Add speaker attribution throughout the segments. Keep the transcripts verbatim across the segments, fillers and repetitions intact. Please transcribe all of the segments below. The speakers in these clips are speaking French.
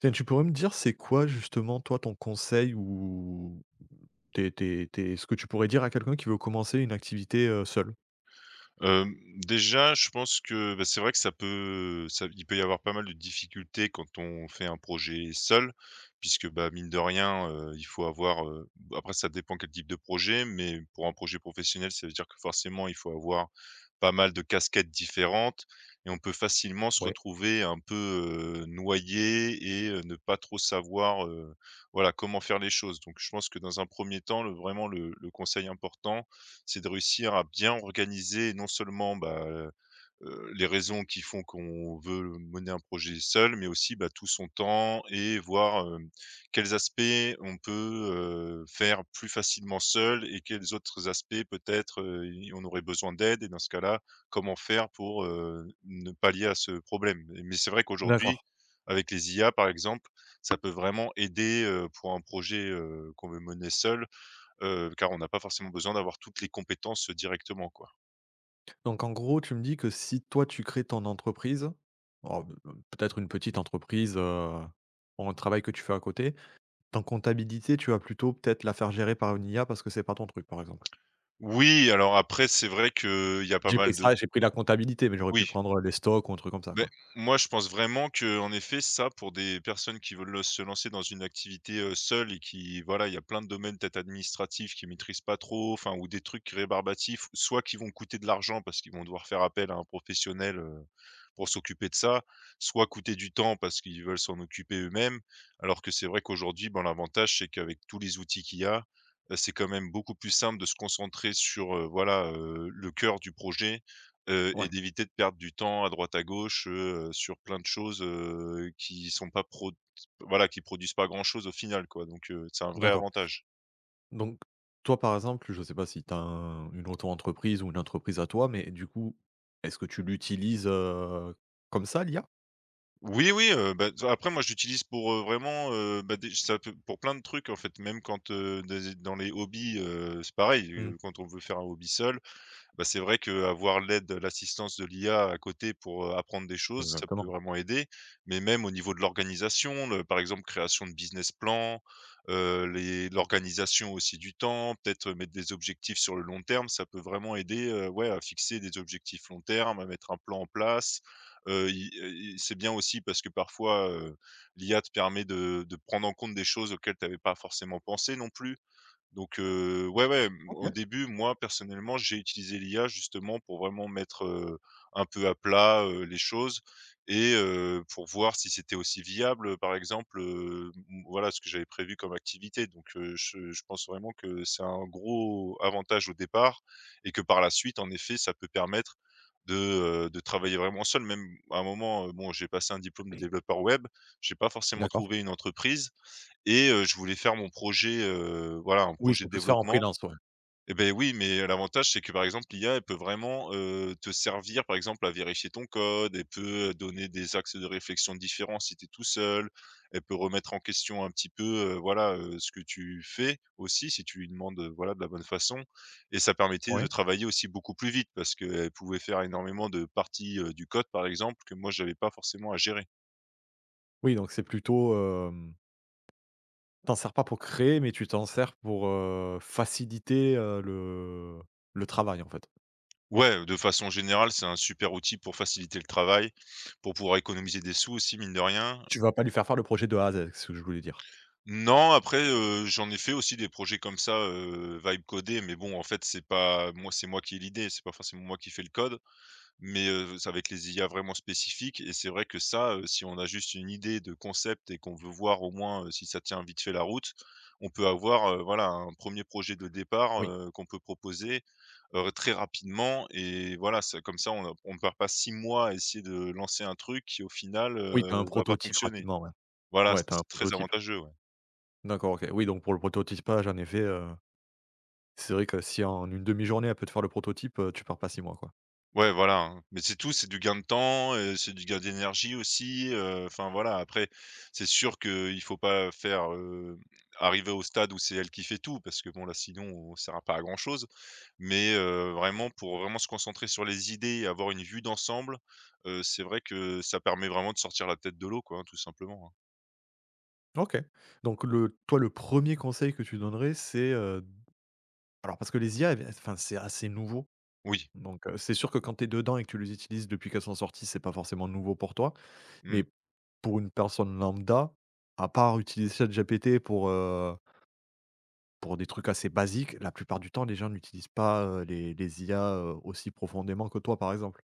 Speaker 1: Tiens, tu pourrais me dire, c'est quoi justement, toi, ton conseil ou tes tes tes ce que tu pourrais dire à quelqu'un qui veut commencer une activité, heu, seul?
Speaker 2: Hem, déjà, je pense que, bah, c'est vrai que ça peut ça il peut y avoir pas mal de difficultés quand on fait un projet seul, puisque, bah, mine de rien, heu, il faut avoir, heu, bah, après ça dépend quel type de projet, mais pour un projet professionnel, ça veut dire que forcément il faut avoir pas mal de casquettes différentes et on peut facilement se
Speaker 1: Oui.
Speaker 2: retrouver un peu, heu, noyé et heu, ne pas trop savoir, heu, voilà, comment faire les choses. Donc je pense que dans un premier temps, le vraiment le le conseil important, c'est de réussir à bien organiser non seulement, bah, heu les raisons qui font qu'on veut mener un projet seul, mais aussi, bah, tout son temps et voir, hem, quels aspects on peut, heu, faire plus facilement seul et quels autres aspects peut-être, heu, i on aurait besoin d'aide et dans ce cas-là, comment faire pour, heu, ne pallier à ce problème? Mais c'est vrai
Speaker 1: D'accord.
Speaker 2: qu'aujourd'hui, avec les I A par exemple, ça peut vraiment aider, heu, pour un projet, heu, qu'on veut mener seul, heu, car on n'a pas forcément besoin d'avoir toutes les compétences, euh, directement, quoi.
Speaker 1: Donc en gros, tu me dis que si toi, tu crées ton entreprise, alors b b peut-être une petite entreprise, heu, pour un travail que tu fais à côté, ton comptabilité, tu vas plutôt peut-être la faire gérer par une I A parce que c'est pas ton truc, par exemple?
Speaker 2: Oui, alors après, c'est vrai qu'il y a pas
Speaker 1: J'ai pris
Speaker 2: mal de
Speaker 1: ça, j'ai pris la comptabilité, mais j'aurais pu
Speaker 2: oui.
Speaker 1: prendre, les stocks ou un truc comme ça,
Speaker 2: Beh,
Speaker 1: quoi.
Speaker 2: moi, je pense vraiment que, en effet, ça, pour des personnes qui veulent se lancer dans une activité, heu, seules et qui voilà, il y a plein de domaines peut-être administratifs qui maîtrisent pas trop, enfin ou des trucs rébarbatifs, soit qui vont coûter de l'argent parce qu'ils vont devoir faire appel à un professionnel, heu, pour s'occuper de ça, soit coûter du temps parce qu'ils veulent s'en occuper eux-mêmes. Alors que c'est vrai qu'aujourd'hui, ben, l'avantage, c'est qu'avec tous les outils qu'il y a, heu, c'est quand même beaucoup plus simple de se concentrer sur, heu, voilà, heu, le cœur du projet heu et
Speaker 1: Ouais,
Speaker 2: d'éviter de perdre du temps à droite à gauche, heu, sur plein de choses, heu, qui sont pas prod voilà, qui produisent pas grand chose au final quoi, donc heu, c'est un vrai
Speaker 1: d'accord.
Speaker 2: avantage.
Speaker 1: Donc, toi, par exemple, je sais pas si tu as une auto-entreprise ou une entreprise à toi, mais du coup, est-ce que tu l'utilises euh, comme ça, l'I A.
Speaker 2: Oui, oui, heu, bah, t après moi j'utilise pour, heu, vraiment, heu, bah, dé ça peut pour plein de trucs en fait, même quand, heu, des dans les hobbies, heu, c'est pareil,
Speaker 1: Hmm.
Speaker 2: heu, quand on veut faire un hobby seul, bah, c'est vrai qu'avoir l'aide, l'assistance de l'I A à côté pour, heu, apprendre des choses, ça peut
Speaker 1: Exactement.
Speaker 2: vraiment aider. Mais même au niveau de l'organisation, le par exemple, création de business plan, heu, les l'organisation aussi du temps, peut-être mettre des objectifs sur le long terme, ça peut vraiment aider, heu, ouais, à fixer des objectifs long terme, à mettre un plan en place. Heu, i heu, c'est bien aussi parce que parfois, heu, l'I A te permet de de prendre en compte des choses auxquelles tu n'avais pas forcément pensé non plus. Donc heu, ouais, ouais, mmh,
Speaker 1: Ok,
Speaker 2: au début, moi, personnellement, j'ai utilisé l'I A justement pour vraiment mettre, heu, un peu à plat, heu, les choses et heu, pour voir si c'était aussi viable, par exemple, heu, m voilà ce que j'avais prévu comme activité. Donc heu, je je pense vraiment que c'est un gros avantage au départ et que par la suite, en effet, ça peut permettre de, heu, de travailler vraiment seul. Même à un moment, heu, bon, j'ai passé un diplôme de développeur web, j'ai pas forcément
Speaker 1: d'accord.
Speaker 2: trouvé une entreprise et heu, je voulais faire mon projet, heu, voilà, un
Speaker 1: Oui, ça
Speaker 2: projet de
Speaker 1: peut se faire en
Speaker 2: développement.
Speaker 1: freelance, ouais.
Speaker 2: Eh ben oui, mais l'avantage, c'est que, par exemple, l'I a, elle peut vraiment, heu, te servir, par exemple, à vérifier ton code, elle peut donner des axes de réflexion différents si tu es tout seul, elle peut remettre en question un petit peu, heu, voilà, heu, ce que tu fais aussi si tu lui demandes, heu, voilà, de la bonne façon et ça permettait
Speaker 1: Oui,
Speaker 2: de travailler aussi beaucoup plus vite parce qu'elle pouvait faire énormément de parties, heu, du code, par exemple, que moi, j'avais pas forcément à gérer.
Speaker 1: oui, donc c'est plutôt euh, t'en sers pas pour créer, mais tu t'en sers pour euh, faciliter euh, le, le travail, en fait.
Speaker 2: Ouais, de façon générale, c'est un super outil pour faciliter le travail, pour pouvoir économiser des sous aussi, mine de rien.
Speaker 1: Tu vas pas lui faire faire le projet de A à Z, c'est ce que je voulais dire.
Speaker 2: Non, après, heu, j'en ai fait aussi des projets comme ça, heu, vibe codé, mais bon, en fait, c'est pas moi c'est moi qui ai l'idée, c'est pas forcément moi qui fais le code. Mais, heu, c'est avec les I a vraiment spécifiques et c'est vrai que ça, heu, si on a juste une idée de concept et qu'on veut voir au moins, heu, si ça tient vite fait la route, on peut avoir, heu, voilà, un premier projet de départ,
Speaker 1: Oui,
Speaker 2: heu, qu'on peut proposer, heu, très rapidement et voilà, ça comme ça, on a on ne perd pas six mois à essayer de lancer un truc qui, au final, heu,
Speaker 1: oui, t'as un
Speaker 2: va pas
Speaker 1: prototype
Speaker 2: fonctionner.
Speaker 1: rapidement, ouais.
Speaker 2: Voilà,
Speaker 1: Ouais,
Speaker 2: ça
Speaker 1: tu un
Speaker 2: c'est très
Speaker 1: prototype.
Speaker 2: avantageux, ouais.
Speaker 1: D'accord, ok. Oui, donc pour le prototypage, en effet. euh, C'est vrai que si en une demi-journée, elle peut te faire le prototype, heu, tu pars pas six mois, quoi.
Speaker 2: Ouais, voilà, hein. Mais c'est tout, c'est du gain de temps, heu, c'est du gain d'énergie aussi, heu, enfin voilà. Après, c'est sûr qu'il faut pas faire, heu, arriver au stade où c'est elle qui fait tout parce que bon là sinon on servira pas à grand chose. Mais, heu, vraiment pour vraiment se concentrer sur les idées et avoir une vue d'ensemble, heu, c'est vrai que ça permet vraiment de sortir la tête de l'eau quoi, hein, tout simplement, hein.
Speaker 1: OK. Donc le toi, le premier conseil que tu donnerais, c'est, heu alors parce que les I A, elles enfin, c'est assez nouveau.
Speaker 2: Oui,
Speaker 1: Donc heu, c'est sûr que quand tu es dedans et que tu les utilises depuis qu'elles sont sorties, c'est pas forcément nouveau pour toi.
Speaker 2: mmh.
Speaker 1: Mais pour une personne lambda, à part utiliser ChatGPT pour, heu, pour des trucs assez basiques, la plupart du temps, les gens n'utilisent pas, heu, les les I A, heu, aussi profondément que toi, par exemple.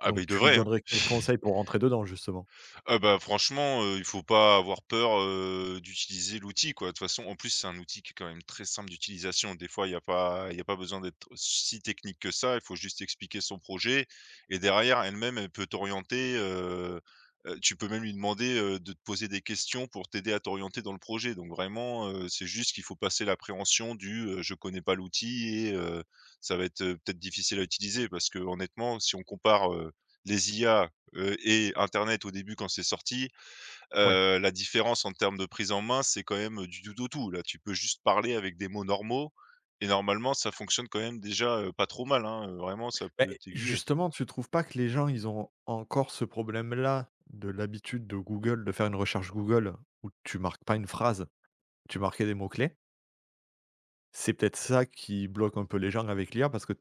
Speaker 2: Ah bah,
Speaker 1: Donc
Speaker 2: il
Speaker 1: tu lui
Speaker 2: devrait, hein.
Speaker 1: donnerais quel conseil pour rentrer dedans justement?
Speaker 2: Ah bah, franchement, heu, il faut pas avoir peur, heu, d'utiliser l'outil, quoi. De toute façon, en plus, c'est un outil qui est quand même très simple d'utilisation. Des fois, il y a pas il y a pas besoin d'être si technique que ça. Il faut juste expliquer son projet et derrière, elle-même, elle peut t'orienter, heu heu, tu peux même lui demander, heu, de te poser des questions pour t'aider à t'orienter dans le projet. Donc vraiment, heu, c'est juste qu'il faut passer l'appréhension du, heu: Je connais pas l'outil et heu, ça va être, heu, peut-être difficile à utiliser ». Parce que honnêtement, si on compare, heu, les I A Heu et internet au début quand c'est sorti,
Speaker 1: Ouais.
Speaker 2: heu, la différence en termes de prise en main, c'est quand même du tout au tout. Là, tu peux juste parler avec des mots normaux et normalement ça fonctionne quand même déjà, heu, pas trop mal, hein, heu, vraiment ça peut
Speaker 1: Beh,
Speaker 2: t'aiguiller.
Speaker 1: justement, tu trouves pas que les gens, ils ont encore ce problème-là de l'habitude de Google, de faire une recherche Google où tu marques pas une phrase, tu marquais des mots-clés? C'est peut-être ça qui bloque un peu les gens avec l'I A parce que, tu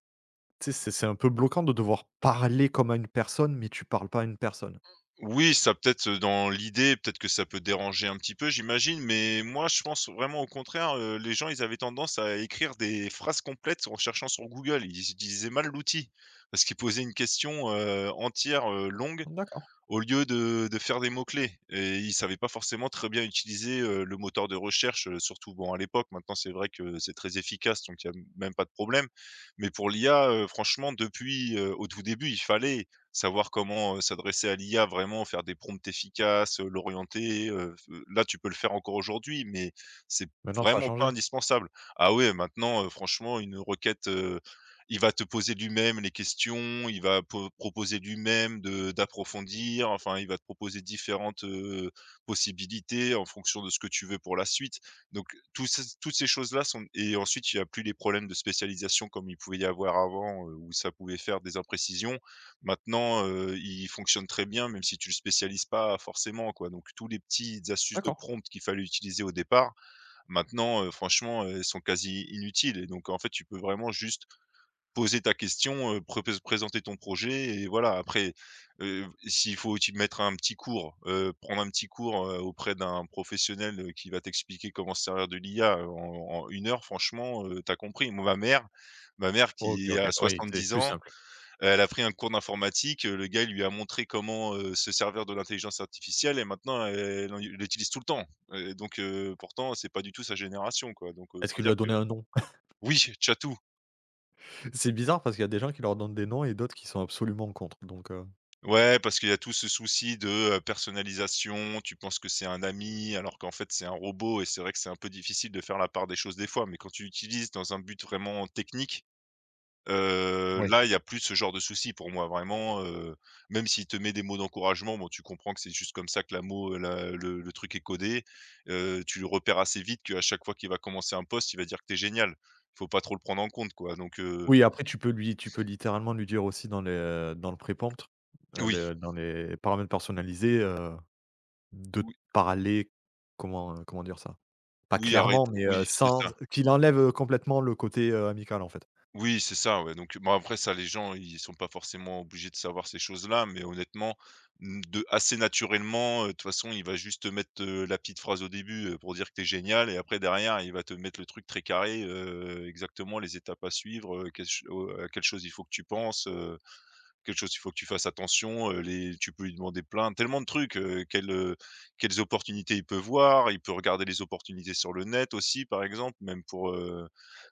Speaker 1: sais, c'est c'est un peu bloquant de devoir parler comme à une personne, mais tu parles pas à une personne.
Speaker 2: Oui, ça peut-être, heu, dans l'idée, peut-être que ça peut déranger un petit peu j'imagine, mais moi je pense vraiment au contraire, heu, les gens ils avaient tendance à écrire des phrases complètes en cherchant sur Google. Ils utilisaient mal l'outil parce qu'ils posaient une question, heu, entière, heu, longue
Speaker 1: D'accord.
Speaker 2: au lieu de de faire des mots-clés et ils savaient pas forcément très bien utiliser, heu, le moteur de recherche, heu, surtout bon à l'époque. Maintenant, c'est vrai que c'est très efficace, donc il y a même pas de problème. Mais pour l'I A, heu, franchement depuis, heu, au tout début, il fallait savoir comment, heu, s'adresser à l'I A vraiment, faire des prompts efficaces, heu, l'orienter, heu, f là, tu peux le faire encore aujourd'hui, mais c'est
Speaker 1: Maintenant ça a
Speaker 2: vraiment pas
Speaker 1: changé?
Speaker 2: indispensable. Ah ouais, maintenant, heu, franchement une requête, il va te poser lui-même les questions, il va po proposer lui-même de d'approfondir, enfin, il va te proposer différentes, heu, possibilités en fonction de ce que tu veux pour la suite. Donc tous ces toutes ces choses-là sont et ensuite il n'y a plus les problèmes de spécialisation comme il pouvait y avoir avant, heu, où ça pouvait faire des imprécisions. Maintenant, heu, il fonctionne très bien même si tu le spécialises pas forcément, quoi. Donc tous les petites astuces de
Speaker 1: D'accord.
Speaker 2: prompt qu'il fallait utiliser au départ, maintenant, heu, franchement, heu, elles sont quasi inutiles et donc en fait, tu peux vraiment juste poser ta question, heu, pré présenter ton projet et voilà. Après, heu, s'il faut t'y mettre un petit cours, heu, prendre un petit cours, heu, auprès d'un professionnel, heu, qui va t'expliquer comment se servir de l'I A, heu, en en une heure, franchement, heu, tu compris. Moi, ma mère Ma mère
Speaker 1: OK,
Speaker 2: qui
Speaker 1: OK.
Speaker 2: a
Speaker 1: Oui, c'est
Speaker 2: soixante-dix
Speaker 1: plus
Speaker 2: ans,
Speaker 1: simple.
Speaker 2: elle a pris un cours d'informatique, heu, le gars, il lui a montré comment, heu, se servir de l'intelligence artificielle et maintenant elle elle en elle l'utilise tout le temps et donc heu, pourtant, c'est pas du tout sa génération, quoi donc
Speaker 1: Est-ce
Speaker 2: autant
Speaker 1: qu'il lui
Speaker 2: dire
Speaker 1: a donné
Speaker 2: que
Speaker 1: un nom?
Speaker 2: oui, Chatou.
Speaker 1: C'est bizarre parce qu'il y a des gens qui leur donnent des noms et d'autres qui sont absolument contre, donc heu
Speaker 2: Ouais, parce qu'il y a tout ce souci de, heu, personnalisation, tu penses que c'est un ami, alors qu'en fait, c'est un robot et c'est vrai que c'est un peu difficile de faire la part des choses des fois, mais quand tu l'utilises dans un but vraiment technique, heu, là, il y a plus ce genre de souci pour moi vraiment, heu, même s'il te met des mots d'encouragement, bon, tu comprends que c'est juste comme ça que la mot la le le truc est codé, heu, tu le repères assez vite qu'à chaque fois qu'il va commencer un post, il va dire que t'es es génial. Faut pas trop le prendre en compte, quoi, donc heu,
Speaker 1: Oui, après tu peux lui tu peux littéralement lui dire aussi dans le dans le pré-prompt, heu,
Speaker 2: oui,
Speaker 1: le dans les paramètres personnalisés, heu, de te
Speaker 2: oui,
Speaker 1: parler comment, heu, comment dire ça? Pas
Speaker 2: oui,
Speaker 1: clairement,
Speaker 2: arrête
Speaker 1: mais, heu,
Speaker 2: oui, c'est
Speaker 1: sans
Speaker 2: ça.
Speaker 1: qu'il enlève, heu, complètement le côté, heu, amical, en fait.
Speaker 2: Oui, c'est ça, ouais, donc bon, après ça, les gens, ils sont pas forcément obligés de savoir ces choses-là, mais honnêtement, mmh, de assez naturellement, heu, de toute façon, il va juste te mettre, heu, la petite phrase au début, heu, pour dire que t'es génial et après derrière, il va te mettre le truc très carré, heu, exactement les étapes à suivre, heu, quelle ch au à quelle chose il faut que tu penses, Quelque chose il faut que tu fasses attention, heu, les tu peux lui demander plein tellement de trucs, heu, quelles, heu, quelles opportunités il peut voir. Il peut regarder les opportunités sur le net aussi, par exemple, même pour, heu,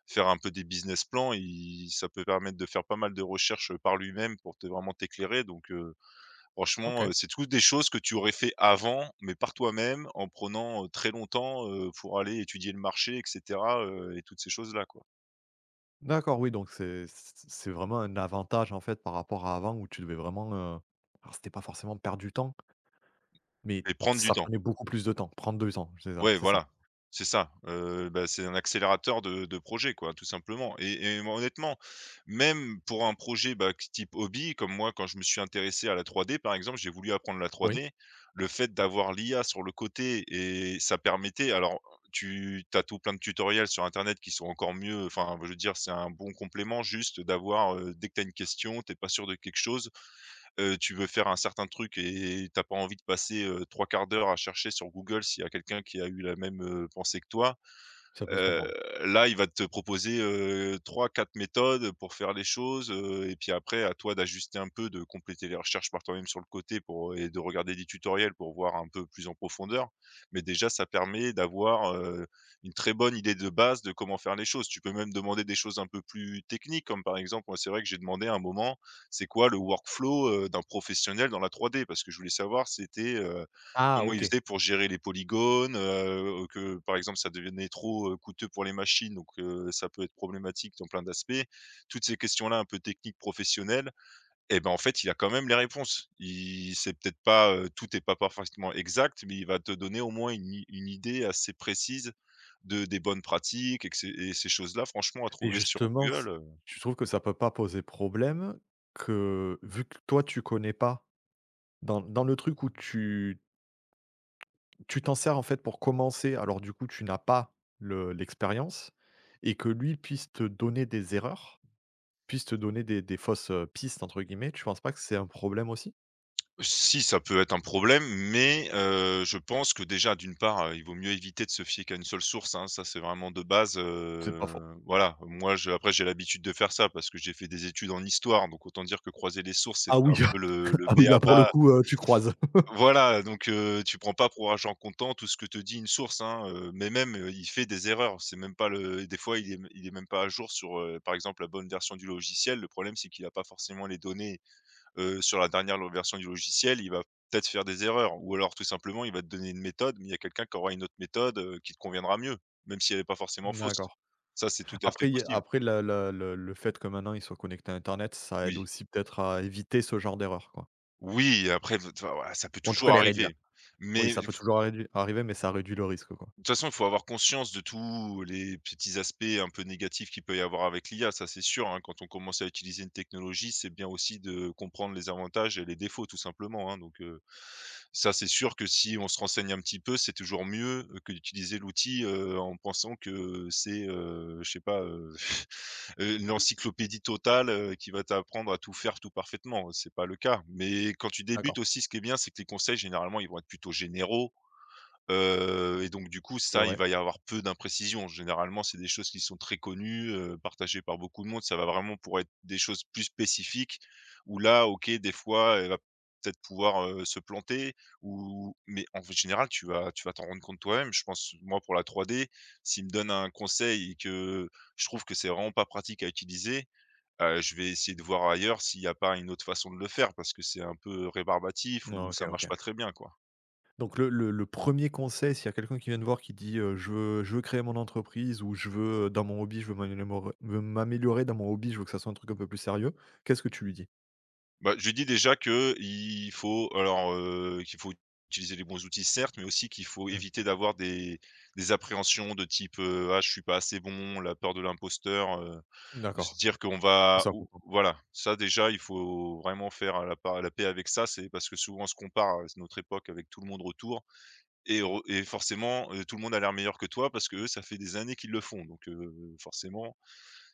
Speaker 2: faire un peu des business plans. Il ça peut permettre de faire pas mal de recherches, par lui-même pour te vraiment t'éclairer donc heu, franchement, heu,
Speaker 1: OK.
Speaker 2: c'est toutes des choses que tu aurais fait avant, mais par toi-même, en prenant, heu, très longtemps, heu, pour aller étudier le marché et cetera, heu et toutes ces choses-là, quoi
Speaker 1: D'accord, oui, donc c'est c c'est vraiment un avantage, en fait, par rapport à avant où tu devais vraiment, heu, alors c'était pas forcément perdre du temps, mais
Speaker 2: et prendre du
Speaker 1: ça
Speaker 2: temps.
Speaker 1: prenait beaucoup plus de temps, prendre deux ans, c'est ça,
Speaker 2: Ouais,
Speaker 1: c'est ça.
Speaker 2: voilà, c'est ça, heu, bah, c'est un accélérateur de de projet, quoi, tout simplement et et moi, honnêtement, même pour un projet, bah, q type hobby, comme moi, quand je me suis intéressé à la trois d par exemple, j'ai voulu apprendre la trois
Speaker 1: Oui.
Speaker 2: d Le fait d'avoir l'I A sur le côté et ça permettait alors tu as tout plein de tutoriels sur internet qui sont encore mieux, enfin, je veux dire, c'est un bon complément juste d'avoir, heu, dès que tu as une question, tu pas sûr de quelque chose, heu, tu veux faire un certain truc et t'as pas envie de passer, heu, trois quarts d'heure à chercher sur Google s'il y a quelqu'un qui a eu la même, heu, pensée que toi.
Speaker 1: Ça peut se
Speaker 2: Heu,
Speaker 1: comprendre.
Speaker 2: là, il va te proposer, heu, trois quatre méthodes pour faire les choses, heu et puis après à toi d'ajuster un peu, de compléter les recherches par toi-même sur le côté pour et de regarder des tutoriels pour voir un peu plus en profondeur. Mais déjà, ça permet d'avoir, heu, une très bonne idée de base de comment faire les choses. Tu peux même demander des choses un peu plus techniques, comme par exemple, moi, c'est vrai que j'ai demandé à un moment, c'est quoi le workflow, heu, d'un professionnel dans la trois d. Parce que je voulais savoir c'était, heu
Speaker 1: Ah
Speaker 2: comment ils
Speaker 1: OK.
Speaker 2: faisaient pour gérer les polygones, heu, que par exemple ça devenait trop, heu, coûteux pour les machines, donc heu, ça peut être problématique dans plein d'aspects. Toutes ces questions-là un peu techniques, professionnelles et ben, en fait, il a quand même les réponses. Il C'est peut-être pas, heu, tout est pas parfaitement exact, mais il va te donner au moins une i une idée assez précise de des bonnes pratiques et que ces et ces choses-là, franchement, à
Speaker 1: Et
Speaker 2: trouver sur
Speaker 1: justement, c
Speaker 2: Google.
Speaker 1: tu trouves que ça peut pas poser problème que, vu que toi tu connais pas, dans dans le truc où tu tu t'en sers en fait pour commencer, alors du coup tu n'as pas le l'expérience et que lui puisse te donner des erreurs, puisse te donner des des fausses, heu, «pistes» entre guillemets, tu penses pas que c'est un problème aussi?
Speaker 2: Si, ça peut être un problème, mais heu, je pense que déjà, d'une part, heu, il vaut mieux éviter de se fier qu'à une seule source, hein. Ça, c'est vraiment de base,
Speaker 1: C'est
Speaker 2: heu,
Speaker 1: pas faux.
Speaker 2: voilà. Moi, je après, j'ai l'habitude de faire ça parce que j'ai fait des études en histoire, donc autant dire que croiser les sources, c'était
Speaker 1: Ah oui,
Speaker 2: un peu le le
Speaker 1: ah oui, là pour le
Speaker 2: bé a-ba.
Speaker 1: coup, heu, tu croises.
Speaker 2: Voilà, donc heu, tu prends pas pour argent comptant tout ce que te dit une source, hein, heu, mais même, heu, il fait des erreurs. C'est même pas le des fois, il est il est même pas à jour sur, heu, par exemple, la bonne version du logiciel. Le problème, c'est qu'il a pas forcément les données heu, sur la dernière lo version du logiciel, il va peut-être faire des erreurs ou alors tout simplement, il va te donner une méthode, mais il y a quelqu'un qui aura une autre méthode, heu, qui te conviendra mieux, même si elle n'est pas forcément fausse.
Speaker 1: D'accord.
Speaker 2: Ça, c'est tout à fait
Speaker 1: Après il y a
Speaker 2: possible.
Speaker 1: après la la le le fait que maintenant ils soient connectés à internet, ça aide
Speaker 2: Oui.
Speaker 1: aussi peut-être à éviter ce genre d'erreur quoi.
Speaker 2: Oui, après, v enfin, voilà, ça peut
Speaker 1: Ou en tout
Speaker 2: toujours
Speaker 1: cas les réduire.
Speaker 2: arriver,
Speaker 1: Oui,
Speaker 2: mais
Speaker 1: ça peut toujours arri arriver, mais ça réduit le risque, quoi.
Speaker 2: De toute façon, il faut avoir conscience de tous les petits aspects un peu négatifs qu'il peut y avoir avec l'I A, ça c'est sûr, hein. Quand on commence à utiliser une technologie, c'est bien aussi de comprendre les avantages et les défauts tout simplement, hein. Donc, heu, ça c'est sûr que si on se renseigne un petit peu, c'est toujours mieux, heu, que d'utiliser l'outil, heu, en pensant que c'est, heu, je sais pas, heu, heu, l'encyclopédie totale, heu, qui va t'apprendre à tout faire tout parfaitement. C'est pas le cas. Mais quand tu débutes
Speaker 1: D'accord.
Speaker 2: aussi, ce qui est bien, c'est que les conseils généralement, ils vont être plutôt généraux. Heu et donc du coup,
Speaker 1: C'est
Speaker 2: ça, il
Speaker 1: vrai.
Speaker 2: va y avoir peu d'imprécisions. Généralement, c'est des choses qui sont très connues, heu, partagées par beaucoup de monde. Ça va vraiment pour être des choses plus spécifiques où là, OK, des fois, elle va peut-être pouvoir, heu, se planter ou mais en général, tu vas tu vas t'en rendre compte toi-même. Je pense, moi, pour la trois D, s'il me donne un conseil et que je trouve que c'est vraiment pas pratique à utiliser, heu, je vais essayer de voir ailleurs s'il n'y a pas une autre façon de le faire parce que c'est un peu rébarbatif
Speaker 1: Non,
Speaker 2: ou
Speaker 1: OK,
Speaker 2: ça marche
Speaker 1: OK.
Speaker 2: pas très bien, quoi.
Speaker 1: Donc le le le premier conseil, s'il y a quelqu'un qui vient de voir qui dit, heu: «Je veux, je veux créer mon entreprise» ou «Je veux, heu, dans mon hobby, je veux m'améliorer me m'améliorer dans mon hobby, je veux que ça soit un truc un peu plus sérieux», qu'est-ce que tu lui dis?
Speaker 2: Bah, je lui dis déjà qu'il faut alors, heu, qu'il faut utiliser les bons outils certes, mais aussi qu'il faut
Speaker 1: Mmh.
Speaker 2: éviter d'avoir des des appréhensions de type, heu: «Ah je suis pas assez bon», la peur de l'imposteur, heu, de
Speaker 1: D'accord.
Speaker 2: se dire qu'on va
Speaker 1: Ça
Speaker 2: ou
Speaker 1: comprend.
Speaker 2: voilà, ça déjà il faut vraiment faire la part la paix avec ça. C'est parce que souvent on se compare à notre époque avec tout le monde autour et re et forcément, heu, tout le monde a l'air meilleur que toi parce qu'eux ça fait des années qu'ils le font donc heu, forcément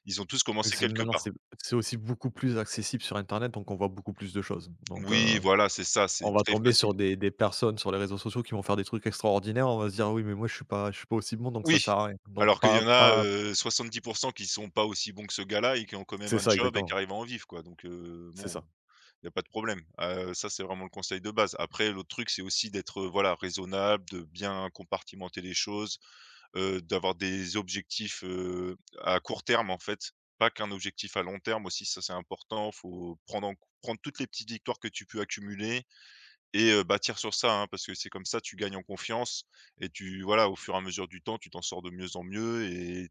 Speaker 2: ils ont tous commencé
Speaker 1: C'est
Speaker 2: quelque
Speaker 1: maintenant, c'est
Speaker 2: part.
Speaker 1: c'est aussi beaucoup plus accessible sur internet, donc on voit beaucoup plus de choses. Donc
Speaker 2: Oui
Speaker 1: heu,
Speaker 2: voilà, c'est ça, c'est
Speaker 1: on va
Speaker 2: très
Speaker 1: tomber
Speaker 2: facile.
Speaker 1: sur des des personnes sur les réseaux sociaux qui vont faire des trucs extraordinaires, on va se dire: «Ah» «Oui, mais moi je suis pas je suis pas aussi bon, donc ça
Speaker 2: Oui,
Speaker 1: sert à rien». Donc
Speaker 2: alors qu'il
Speaker 1: pas
Speaker 2: y en a,
Speaker 1: pas
Speaker 2: euh, soixante-dix pour cent qui sont pas aussi bons que ce gars-là et qui ont quand même
Speaker 1: c'est
Speaker 2: un
Speaker 1: ça,
Speaker 2: job et qui
Speaker 1: exactement.
Speaker 2: arrivent à en vivre quoi donc heu,
Speaker 1: C'est
Speaker 2: bon,
Speaker 1: ça.
Speaker 2: il y a pas de problème. Heu, ça, c'est vraiment le conseil de base. Après l'autre truc, c'est aussi d'être, heu, voilà, raisonnable, de bien compartimenter les choses, heu, d'avoir des objectifs, heu, à court terme, en fait, pas qu'un objectif à long terme aussi, ça c'est important. Faut prendre en prendre toutes les petites victoires que tu peux accumuler et heu, bâtir sur ça, hein, parce que c'est comme ça, tu gagnes en confiance et tu voilà, au fur et à mesure du temps, tu t'en sors de mieux en mieux et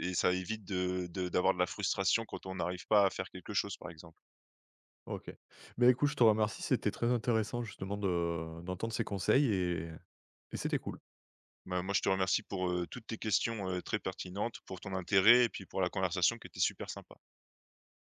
Speaker 2: et ça évite de de d'avoir de la frustration quand on n'arrive pas à faire quelque chose, par exemple.
Speaker 1: OK. Mais écoute, je te remercie, c'était très intéressant justement de d'entendre ces conseils et et c'était cool.
Speaker 2: Bah, moi, je te remercie pour, heu, toutes tes questions, heu, très pertinentes, pour ton intérêt et puis pour la conversation qui était super sympa.